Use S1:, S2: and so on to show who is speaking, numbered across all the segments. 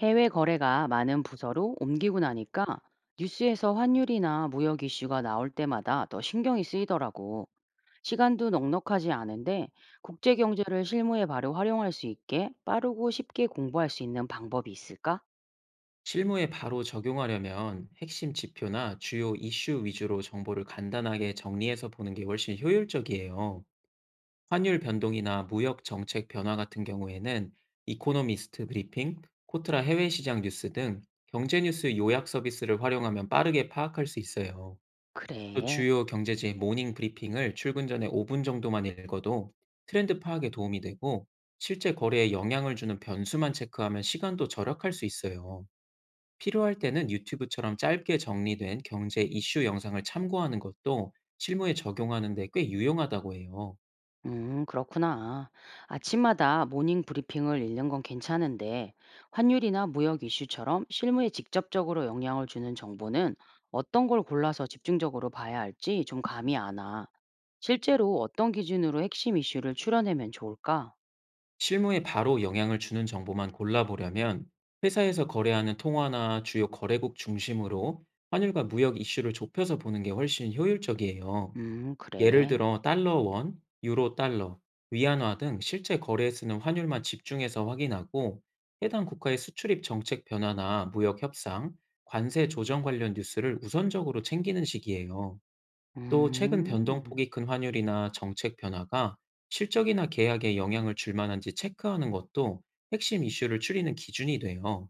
S1: 해외 거래가 많은 부서로 옮기고 나니까 뉴스에서 환율이나 무역 이슈가 나올 때마다 더 신경이 쓰이더라고. 시간도 넉넉하지 않은데 국제 경제를 실무에 바로 활용할 수 있게 빠르고 쉽게 공부할 수 있는 방법이 있을까?
S2: 실무에 바로 적용하려면 핵심 지표나 주요 이슈 위주로 정보를 간단하게 정리해서 보는 게 훨씬 효율적이에요. 환율 변동이나 무역 정책 변화 같은 경우에는 이코노미스트 브리핑, 코트라 해외 시장 뉴스 등 경제 뉴스 요약 서비스를 활용하면 빠르게 파악할 수 있어요. 또
S1: 그래.
S2: 주요 경제지 모닝 브리핑을 출근 전에 5분 정도만 읽어도 트렌드 파악에 도움이 되고, 실제 거래에 영향을 주는 변수만 체크하면 시간도 절약할 수 있어요. 필요할 때는 유튜브처럼 짧게 정리된 경제 이슈 영상을 참고하는 것도 실무에 적용하는 데 꽤 유용하다고 해요.
S1: 그렇구나. 아침마다 모닝 브리핑을 읽는 건 괜찮은데, 환율이나 무역 이슈처럼 실무에 직접적으로 영향을 주는 정보는 어떤 걸 골라서 집중적으로 봐야 할지 좀 감이 안 와. 실제로 어떤 기준으로 핵심 이슈를 추려내면 좋을까?
S2: 실무에 바로 영향을 주는 정보만 골라보려면 회사에서 거래하는 통화나 주요 거래국 중심으로 환율과 무역 이슈를 좁혀서 보는 게 훨씬 효율적이에요. 예를
S1: 그래.
S2: 들어 달러 원, 유로 달러, 위안화 등 실제 거래에 쓰는 환율만 집중해서 확인하고, 해당 국가의 수출입 정책 변화나 무역 협상, 관세 조정 관련 뉴스를 우선적으로 챙기는 식이에요. 또 최근
S1: 음.
S2: 변동폭이 큰 환율이나 정책 변화가 실적이나 계약에 영향을 줄 만한지 체크하는 것도 핵심 이슈를 추리는 기준이 돼요.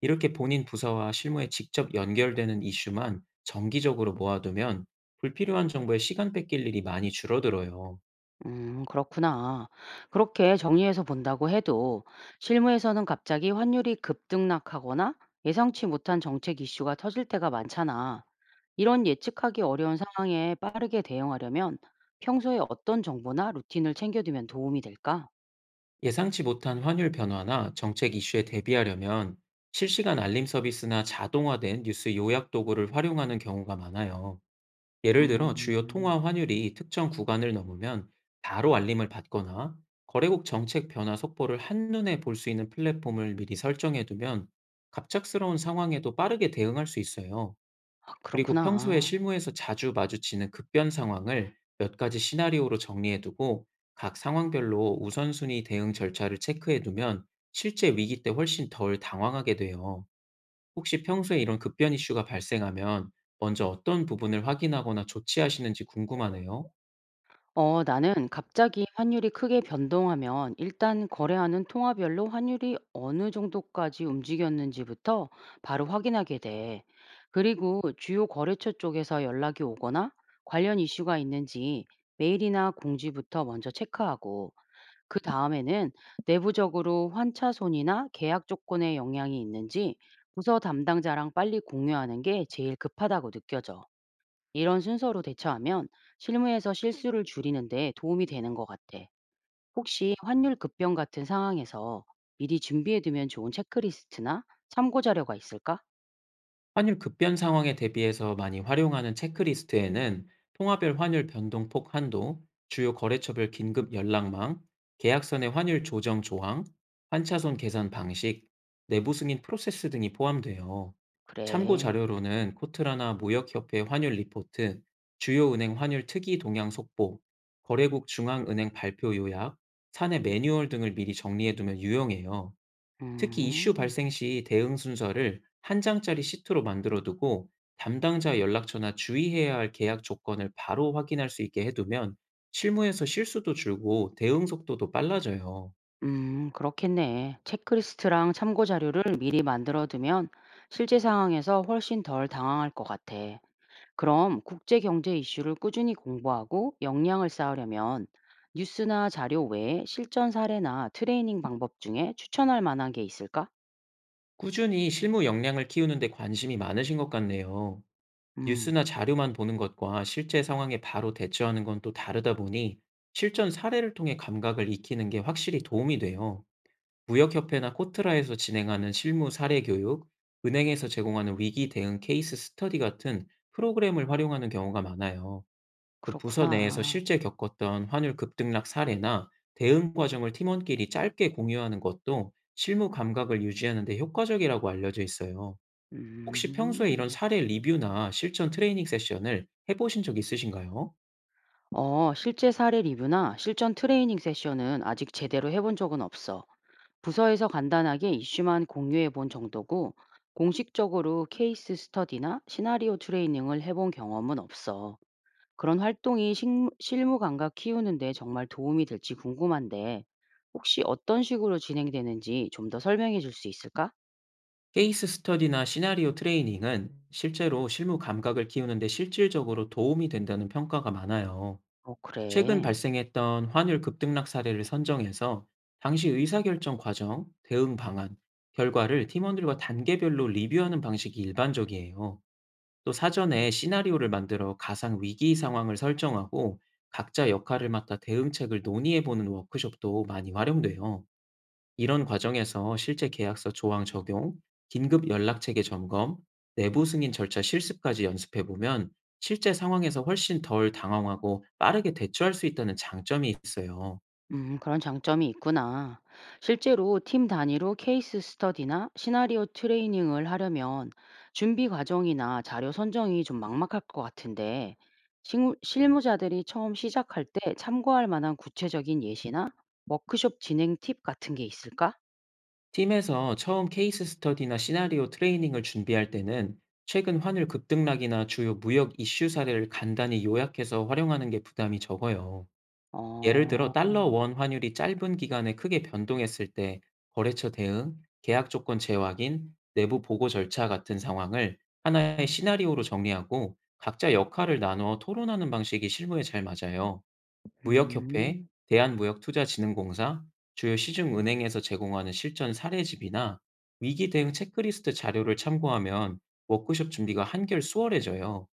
S2: 이렇게 본인 부서와 실무에 직접 연결되는 이슈만 정기적으로 모아두면 불필요한 정보에 시간 뺏길 일이 많이 줄어들어요.
S1: 그렇구나. 그렇게 정리해서 본다고 해도 실무에서는 갑자기 환율이 급등락하거나 예상치 못한 정책 이슈가 터질 때가 많잖아. 이런 예측하기 어려운 상황에 빠르게 대응하려면 평소에 어떤 정보나 루틴을 챙겨두면 도움이 될까?
S2: 예상치 못한 환율 변화나 정책 이슈에 대비하려면 실시간 알림 서비스나 자동화된 뉴스 요약 도구를 활용하는 경우가 많아요. 예를 들어 주요
S1: 음,
S2: 통화 환율이 특정 구간을 넘으면 바로 알림을 받거나, 거래국 정책 변화 속보를 한눈에 볼 수 있는 플랫폼을 미리 설정해 두면 갑작스러운 상황에도 빠르게 대응할 수 있어요.
S1: 아,
S2: 그리고 평소에
S1: 그렇구나.
S2: 실무에서 자주 마주치는 급변 상황을 몇 가지 시나리오로 정리해 두고, 각 상황별로 우선순위 대응 절차를 체크해 두면 실제 위기 때 훨씬 덜 당황하게 돼요. 혹시 평소에 이런 급변 이슈가 발생하면 먼저 어떤 부분을 확인하거나 조치하시는지 궁금하네요.
S1: 어, 나는 갑자기 환율이 크게 변동하면 일단 거래하는 통화별로 환율이 어느 정도까지 움직였는지부터 바로 확인하게 돼. 그리고 주요 거래처 쪽에서 연락이 오거나 관련 이슈가 있는지 메일이나 공지부터 먼저 체크하고, 그 다음에는 내부적으로 환차손이나 계약 조건에 영향이 있는지 부서 담당자랑 빨리 공유하는 게 제일 급하다고 느껴져. 이런 순서로 대처하면 실무에서 실수를 줄이는데 도움이 되는 것 같아. 혹시 환율 급변 같은 상황에서 미리 준비해두면 좋은 체크리스트나 참고 자료가 있을까?
S2: 환율 급변 상황에 대비해서 많이 활용하는 체크리스트에는 통화별 환율 변동폭 한도, 주요 거래처별 긴급 연락망, 계약선의 환율 조정 조항, 환차손 계산 방식, 내부 승인 프로세스 등이 포함돼요. 참고
S1: 그래.
S2: 자료로는 코트라나 무역협회 환율 리포트, 주요 은행 환율 특이 동향 속보, 거래국 중앙은행 발표 요약, 사내 매뉴얼 등을 미리 정리해두면 유용해요. 특히 이슈
S1: 음,
S2: 발생 시 대응 순서를 한 장짜리 시트로 만들어 두고 담당자 연락처나 주의해야 할 계약 조건을 바로 확인할 수 있게 해 두면 실무에서 실수도 줄고 대응 속도도 빨라져요.
S1: 그렇겠네. 체크리스트랑 참고 자료를 미리 만들어두면 실제 상황에서 훨씬 덜 당황할 것 같아. 그럼 국제 경제 이슈를 꾸준히 공부하고 역량을 쌓으려면 뉴스나 자료 외에 실전 사례나 트레이닝 방법 중에 추천할 만한 게 있을까?
S2: 꾸준히 실무 역량을 키우는 데 관심이 많으신 것 같네요.
S1: 음,
S2: 뉴스나 자료만 보는 것과 실제 상황에 바로 대처하는 건 또 다르다 보니 실전 사례를 통해 감각을 익히는 게 확실히 도움이 돼요. 무역협회나 코트라에서 진행하는 실무 사례 교육, 은행에서 제공하는 위기 대응 케이스 스터디 같은 프로그램을 활용하는 경우가 많아요. 또 부서 내에서
S1: 그렇구나.
S2: 실제 겪었던 환율 급등락 사례나 대응 과정을 팀원끼리 짧게 공유하는 것도 실무 감각을 유지하는 데 효과적이라고 알려져 있어요. 혹시 평소에 이런
S1: 음.
S2: 사례 리뷰나 실전 트레이닝 세션을 해보신 적 있으신가요?
S1: 어, 실제 사례 리뷰나 실전 트레이닝 세션은 아직 제대로 해본 적은 없어. 부서에서 간단하게 이슈만 공유해 본 정도고, 공식적으로 케이스 스터디나 시나리오 트레이닝을 해본 경험은 없어. 그런 활동이 식 실무 감각 키우는 데 정말 도움이 될지 궁금한데 혹시 어떤 식으로 진행되는지 좀 더 설명해 줄 수 있을까?
S2: 케이스 스터디나 시나리오 트레이닝은 실제로 실무 감각을 키우는데 실질적으로 도움이 된다는 평가가 많아요.
S1: 어,
S2: 최근
S1: 그래.
S2: 발생했던 환율 급등락 사례를 선정해서 당시 의사결정 과정, 대응 방안, 결과를 팀원들과 단계별로 리뷰하는 방식이 일반적이에요. 또 사전에 시나리오를 만들어 가상 위기 상황을 설정하고 각자 역할을 맡아 대응책을 논의해보는 워크숍도 많이 활용돼요. 이런 과정에서 실제 계약서 조항 적용, 긴급 연락체계 점검, 내부 승인 절차 실습까지 연습해 보면 실제 상황에서 훨씬 덜 당황하고 빠르게 대처할 수 있다는 장점이 있어요.
S1: 그런 장점이 있구나. 실제로 팀 단위로 케이스 스터디나 시나리오 트레이닝을 하려면 준비 과정이나 자료 선정이 좀 막막할 것 같은데, 무 실무자들이 처음 시작할 때 참고할 만한 구체적인 예시나 워크숍 진행 팁 같은 게 있을까?
S2: 팀에서 처음 케이스 스터디나 시나리오 트레이닝을 준비할 때는 최근 환율 급등락이나 주요 무역 이슈 사례를 간단히 요약해서 활용하는 게 부담이 적어요. 예를 들어
S1: 어,
S2: 달러 원 환율이 짧은 기간에 크게 변동했을 때 거래처 대응, 계약 조건 재확인, 내부 보고 절차 같은 상황을 하나의 시나리오로 정리하고 각자 역할을 나누어 토론하는 방식이 실무에 잘 맞아요. 무역협회,
S1: 음.
S2: 대한무역투자진흥공사, 주요 시중은행에서 제공하는 실전 사례집이나 위기 대응 체크리스트 자료를 참고하면 워크숍 준비가 한결 수월해져요.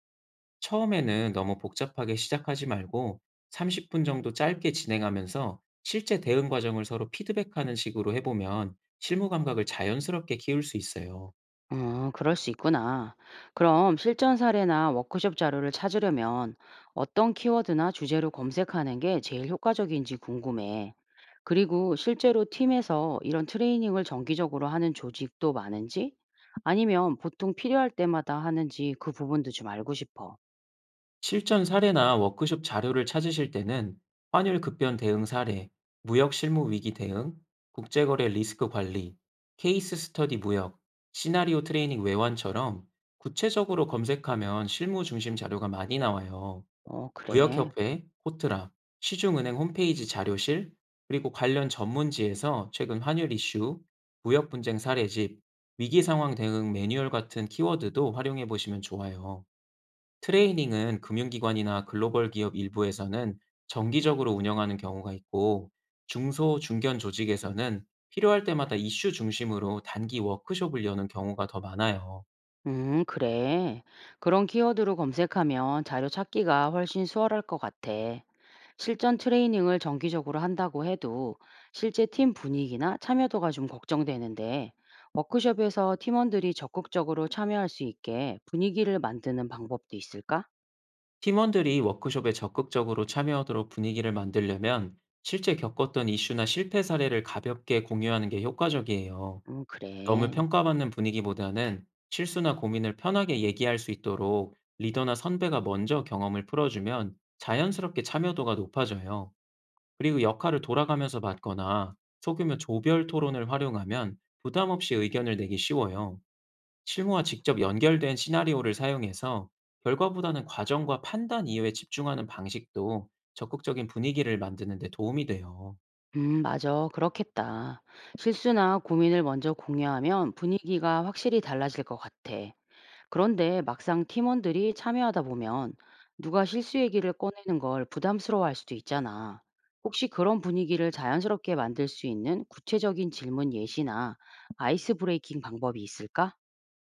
S2: 처음에는 너무 복잡하게 시작하지 말고 30분 정도 짧게 진행하면서 실제 대응 과정을 서로 피드백하는 식으로 해보면 실무 감각을 자연스럽게 키울 수 있어요.
S1: 어, 그럴 수 있구나. 그럼 실전 사례나 워크숍 자료를 찾으려면 어떤 키워드나 주제로 검색하는 게 제일 효과적인지 궁금해. 그리고 실제로 팀에서 이런 트레이닝을 정기적으로 하는 조직도 많은지, 아니면 보통 필요할 때마다 하는지 그 부분도 좀 알고 싶어.
S2: 실전 사례나 워크숍 자료를 찾으실 때는 환율 급변 대응 사례, 무역 실무 위기 대응, 국제거래 리스크 관리, 케이스 스터디 무역, 시나리오 트레이닝 외환처럼 구체적으로 검색하면 실무 중심 자료가 많이 나와요.
S1: 어, 그래.
S2: 무역협회, 코트라, 시중은행 홈페이지 자료실, 그리고 관련 전문지에서 최근 환율 이슈, 무역 분쟁 사례집, 위기 상황 대응 매뉴얼 같은 키워드도 활용해 보시면 좋아요. 트레이닝은 금융기관이나 글로벌 기업 일부에서는 정기적으로 운영하는 경우가 있고, 중소, 중견 조직에서는 필요할 때마다 이슈 중심으로 단기 워크숍을 여는 경우가 더 많아요.
S1: 그래. 그런 키워드로 검색하면 자료 찾기가 훨씬 수월할 것 같아. 실전 트레이닝을 정기적으로 한다고 해도 실제 팀 분위기나 참여도가 좀 걱정되는데 워크숍에서 팀원들이 적극적으로 참여할 수 있게 분위기를 만드는 방법도 있을까?
S2: 팀원들이 워크숍에 적극적으로 참여하도록 분위기를 만들려면 실제 겪었던 이슈나 실패 사례를 가볍게 공유하는 게 효과적이에요. 너무
S1: 그래.
S2: 평가받는 분위기보다는 실수나 고민을 편하게 얘기할 수 있도록 리더나 선배가 먼저 경험을 풀어주면 자연스럽게 참여도가 높아져요. 그리고 역할을 돌아가면서 맡거나 소규모 조별 토론을 활용하면 부담 없이 의견을 내기 쉬워요. 실무와 직접 연결된 시나리오를 사용해서 결과보다는 과정과 판단 이외에 집중하는 방식도 적극적인 분위기를 만드는 데 도움이 돼요.
S1: 맞아. 그렇겠다. 실수나 고민을 먼저 공유하면 분위기가 확실히 달라질 것 같아. 그런데 막상 팀원들이 참여하다 보면 누가 실수 얘기를 꺼내는 걸 부담스러워할 수도 있잖아. 혹시 그런 분위기를 자연스럽게 만들 수 있는 구체적인 질문 예시나 아이스 브레이킹 방법이 있을까?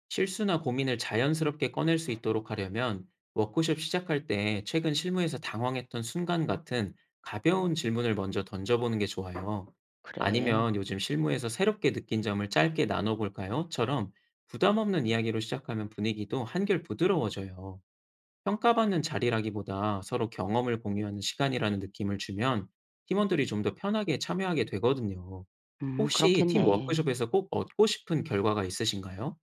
S2: 실수나 고민을 자연스럽게 꺼낼 수 있도록 하려면 워크숍 시작할 때 최근 실무에서 당황했던 순간 같은 가벼운 질문을 먼저 던져보는 게 좋아요.
S1: 그래.
S2: 아니면 "요즘 실무에서 새롭게 느낀 점을 짧게 나눠볼까요?"처럼 부담 없는 이야기로 시작하면 분위기도 한결 부드러워져요. 평가받는 자리라기보다 서로 경험을 공유하는 시간이라는 느낌을 주면 팀원들이 좀 더 편하게 참여하게 되거든요. 혹시 팀
S1: 그렇겠네.
S2: 워크숍에서 꼭 얻고 싶은 결과가 있으신가요?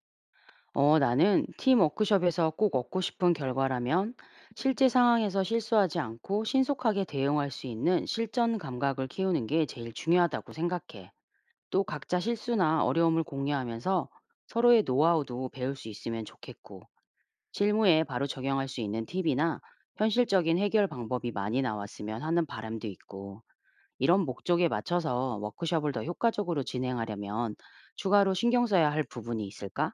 S1: 어, 나는 팀 워크숍에서 꼭 얻고 싶은 결과라면 실제 상황에서 실수하지 않고 신속하게 대응할 수 있는 실전 감각을 키우는 게 제일 중요하다고 생각해. 또 각자 실수나 어려움을 공유하면서 서로의 노하우도 배울 수 있으면 좋겠고, 실무에 바로 적용할 수 있는 팁이나 현실적인 해결 방법이 많이 나왔으면 하는 바람도 있고, 이런 목적에 맞춰서 워크숍을 더 효과적으로 진행하려면 추가로 신경 써야 할 부분이 있을까?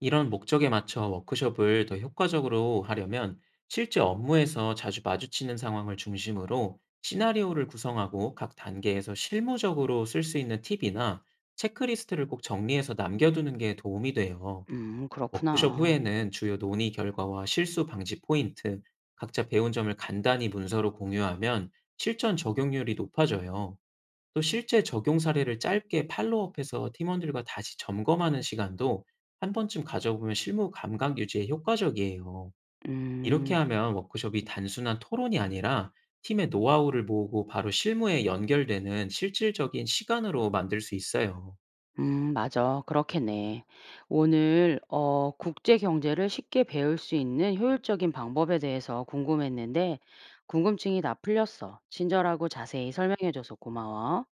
S2: 이런 목적에 맞춰 워크숍을 더 효과적으로 하려면 실제 업무에서 자주 마주치는 상황을 중심으로 시나리오를 구성하고, 각 단계에서 실무적으로 쓸 수 있는 팁이나 체크리스트를 꼭 정리해서 남겨두는 게 도움이 돼요. 워크숍
S1: 그렇구나.
S2: 후에는 주요 논의 결과와 실수 방지 포인트, 각자 배운 점을 간단히 문서로 공유하면 실전 적용률이 높아져요. 또 실제 적용 사례를 짧게 팔로우업해서 팀원들과 다시 점검하는 시간도 한 번쯤 가져보면 실무 감각 유지에 효과적이에요. 이렇게
S1: 음.
S2: 하면 워크숍이 단순한 토론이 아니라 팀의 노하우를 모으고 바로 실무에 연결되는 실질적인 시간으로 만들 수 있어요.
S1: 맞아. 그렇겠네. 오늘 국제 경제를 쉽게 배울 수 있는 효율적인 방법에 대해서 궁금했는데 궁금증이 다 풀렸어. 친절하고 자세히 설명해 줘서 고마워.